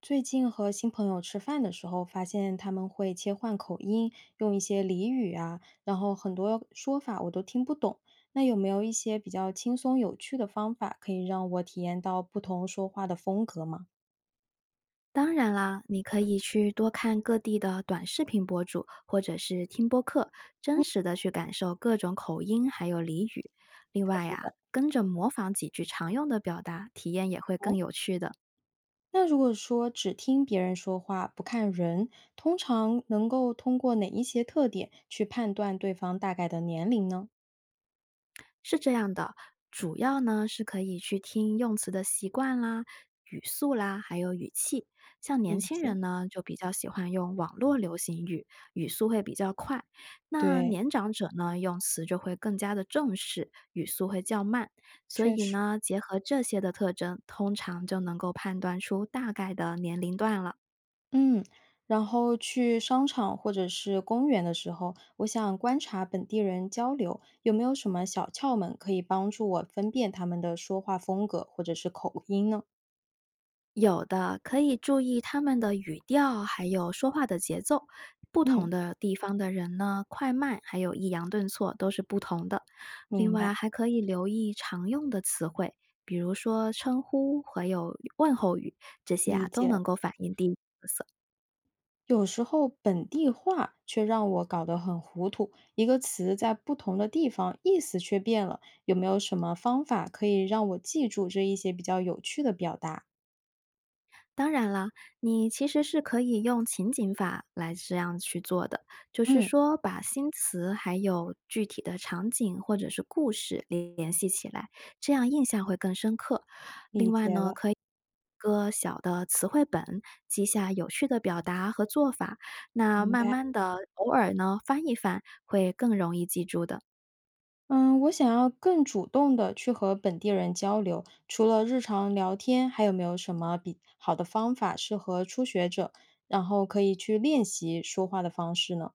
最近和新朋友吃饭的时候，发现他们会切换口音，用一些俚语啊，然后很多说法我都听不懂。那有没有一些比较轻松有趣的方法，可以让我体验到不同说话的风格吗？当然啦，你可以去多看各地的短视频博主，或者是听播客，真实的去感受各种口音还有俚语。另外呀、跟着模仿几句常用的表达，体验也会哦，更有趣的。那如果说只听别人说话，不看人，通常能够通过哪一些特点去判断对方大概的年龄呢？是这样的，主要呢是可以去听用词的习惯啦、语速啦，还有语气。像年理轻解。人呢，就比较喜欢用网络流行语，语速会比较快；那对，年长者呢，用词就会更加的正式，语速会较慢。所确以实。呢，结合这些的特征，通常就能够判断出大概的年龄段了。嗯，然后去商场或者是公园的时候，我想观察本地人交流，有没有什么小窍门可以帮助我分辨他们的说话风格或者是口音呢？有的，可以注意他们的语调，还有说话的节奏。不嗯，同的地方的人呢，快慢还有抑扬顿挫都是不同的。另明白，外，还可以留意常用的词汇，比如说称呼还有问候语，这些啊理都解了。能够反映地域特色。有时候本地话却让我搞得很糊涂，一个词在不同的地方意思却变了，有没有什么方法可以让我记住这一些比较有趣的表达？当然了，你其实是可以用情景法来这样去做的，就是嗯，说把新词还有具体的场景或者是故事联系起来，这样印象会更深刻。另理外解呢，了，可以个小的词汇本，记下有趣的表达和做法，那明慢白。慢的偶尔呢翻一翻，会更容易记住的。嗯，我想要更主动的去和本地人交流，除了日常聊天，还有没有什么比好的方法适合初学者，然后可以去练习说话的方式呢？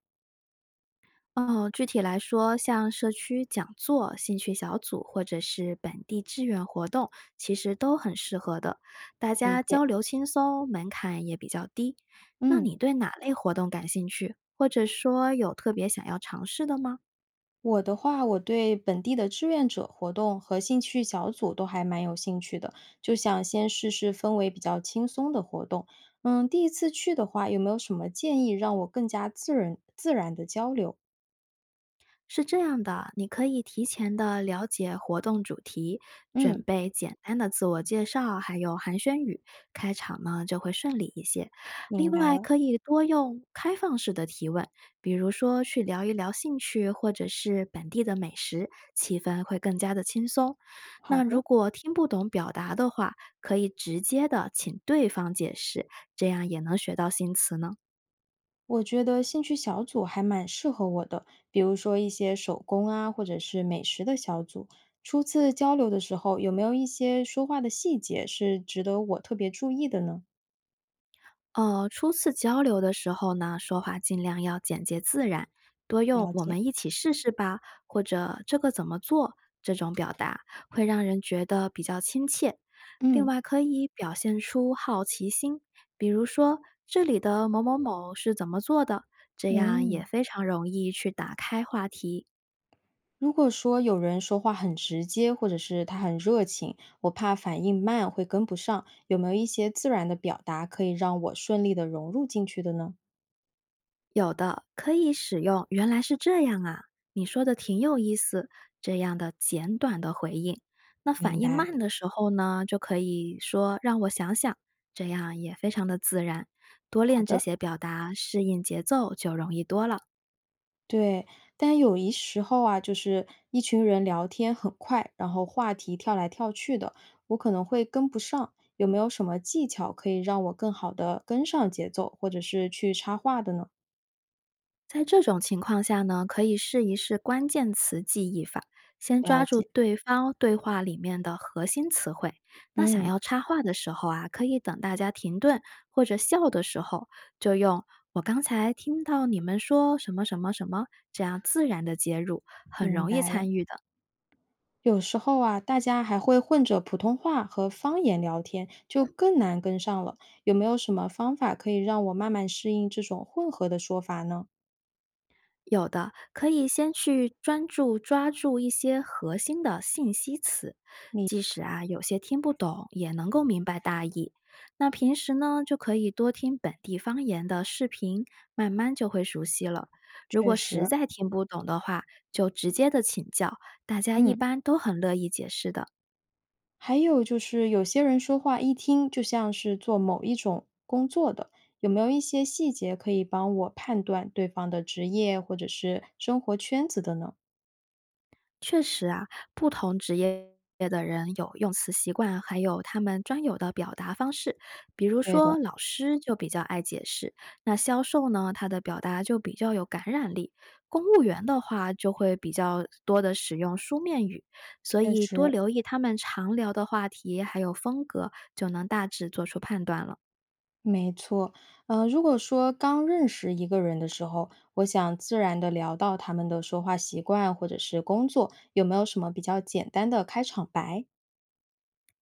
哦，具体来说，像社区讲座、兴趣小组或者是本地志愿活动，其实都很适合的。大理家解。交流轻松，门槛也比较低。那嗯，你对哪类活动感兴趣，或者说有特别想要尝试的吗？我的话，我对本地的志愿者活动和兴趣小组都还蛮有兴趣的，就想先试试氛围比较轻松的活动。嗯，第一次去的话，有没有什么建议让我更加自然的交流？是这样的，你可以提前的了解活动主题，准嗯，备简单的自我介绍，还有寒暄语，开场呢就会顺利一些。另明白外，了。可以多用开放式的提问，比如说去聊一聊兴趣或者是本地的美食，气氛会更加的轻松。好那如的。果听不懂表达的话，可以直接的请对方解释，这样也能学到新词呢。我觉得兴趣小组还蛮适合我的，比如说一些手工啊，或者是美食的小组。初次交流的时候，有没有一些说话的细节是值得我特别注意的呢？初次交流的时候呢，说话尽量要简洁自然，多用了“我解，们一起试试吧”或者“这个怎么做”这种表达，会让人觉得比较亲切。另嗯，外，可以表现出好奇心，比如说这里的某某某是怎么做的，这样也嗯，非常容易去打开话题。如果说有人说话很直接，或者是他很热情，我怕反应慢会跟不上，有没有一些自然的表达可以让我顺利的融入进去的呢？有的可以使用“原来是这样啊”，你说的挺有意思，这样的简短的回应。那反明应白，慢的时候呢，就可以说“让我想想”，这样也非常的自然。多好练这的。些表达，适应节奏就容易多了。对，但有一时候啊，就是一群人聊天很快，然后话题跳来跳去的，我可能会跟不上。有没有什么技巧可以让我更好的跟上节奏，或者是去插话的呢？在这种情况下呢，可以试一试关键词记忆法，先抓了住解，对方对话里面的核心词汇。那想嗯，要插话的时候啊，可以等大家停顿或者笑的时候，就用“我刚才听到你们说什么什么什么”这样自然的接入，很明容易白了。参与的。有时候啊，大家还会混着普通话和方言聊天，就更难跟上了。有没有什么方法可以让我慢慢适应这种混合的说法呢？有的，可以先去专注抓住一些核心的信息词，即使啊有些听不懂，也能够明白大意。那平时呢，就可以多听本地方言的视频，慢慢就会熟悉了。如确果实实，在听不懂的话，就直接的请教，大家一嗯。般都很乐意解释的。还有就是有些人说话一听就像是做某一种工作的，有没有一些细节可以帮我判断对方的职业或者是生活圈子的呢？确实啊，不同职业的人有用词习惯，还有他们专有的表达方式。比如对的，说，老师就比较爱解释，那销售呢，他的表达就比较有感染力。公务员的话，就会比较多的使用书面语，所确以多实留意他们常聊的话题还有风格，就能大致做出判断了。没错。如果说刚认识一个人的时候，我想自然的聊到他们的说话习惯或者是工作，有没有什么比较简单的开场白？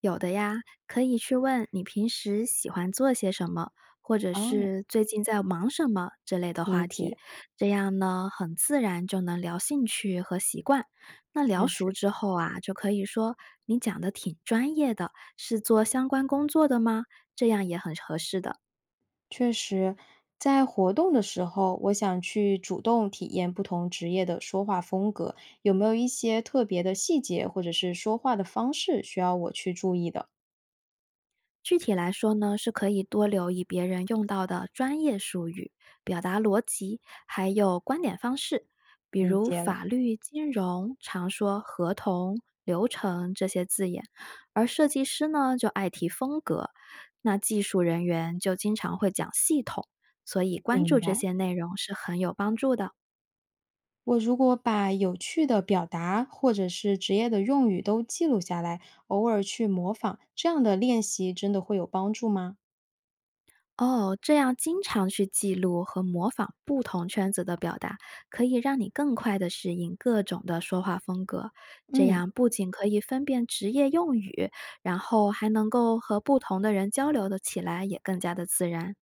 有的呀，可以去问你平时喜欢做些什么，或者哦，是最近在忙什么之类的理话解，题，这样呢，很自然就能聊兴趣和习惯。那聊确熟实。之后啊，就可以说你讲的挺专业的，是做相关工作的吗？这样也很合适的。确实，在活动的时候，我想去主动体验不同职业的说话风格，有没有一些特别的细节或者是说话的方式需要我去注意的？具体来说呢，是可以多留意别人用到的专业术语、表达逻辑，还有观点方式，比理如解了，法律、金融常说合同、流程这些字眼，而设计师呢就爱提风格，那技术人员就经常会讲系统，所以关注明这白。些内容是很有帮助的。我如果把有趣的表达或者是职业的用语都记录下来，偶尔去模仿，这样的练习真的会有帮助吗？哦，这样经常去记录和模仿不同圈子的表达，可以让你更快的适应各种的说话风格。这嗯。样不仅可以分辨职业用语，然后还能够和不同的人交流的起来，也更加的自然。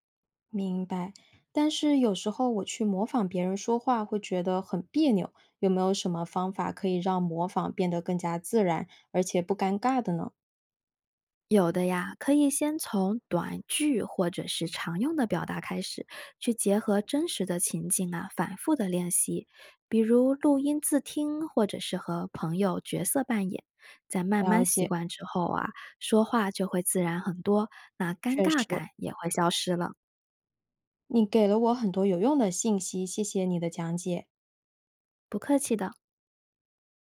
明白，但是有时候我去模仿别人说话会觉得很别扭，有没有什么方法可以让模仿变得更加自然，而且不尴尬的呢？有的呀，可以先从短句或者是常用的表达开始，去结合真实的情境啊，反复的练习。比如录音自听，或者是和朋友角色扮演，在慢慢了习解，惯之后啊，说话就会自然很多，那尴确尬实，感也会消失了。你给了我很多有用的信息，谢谢你的讲解。不客气的。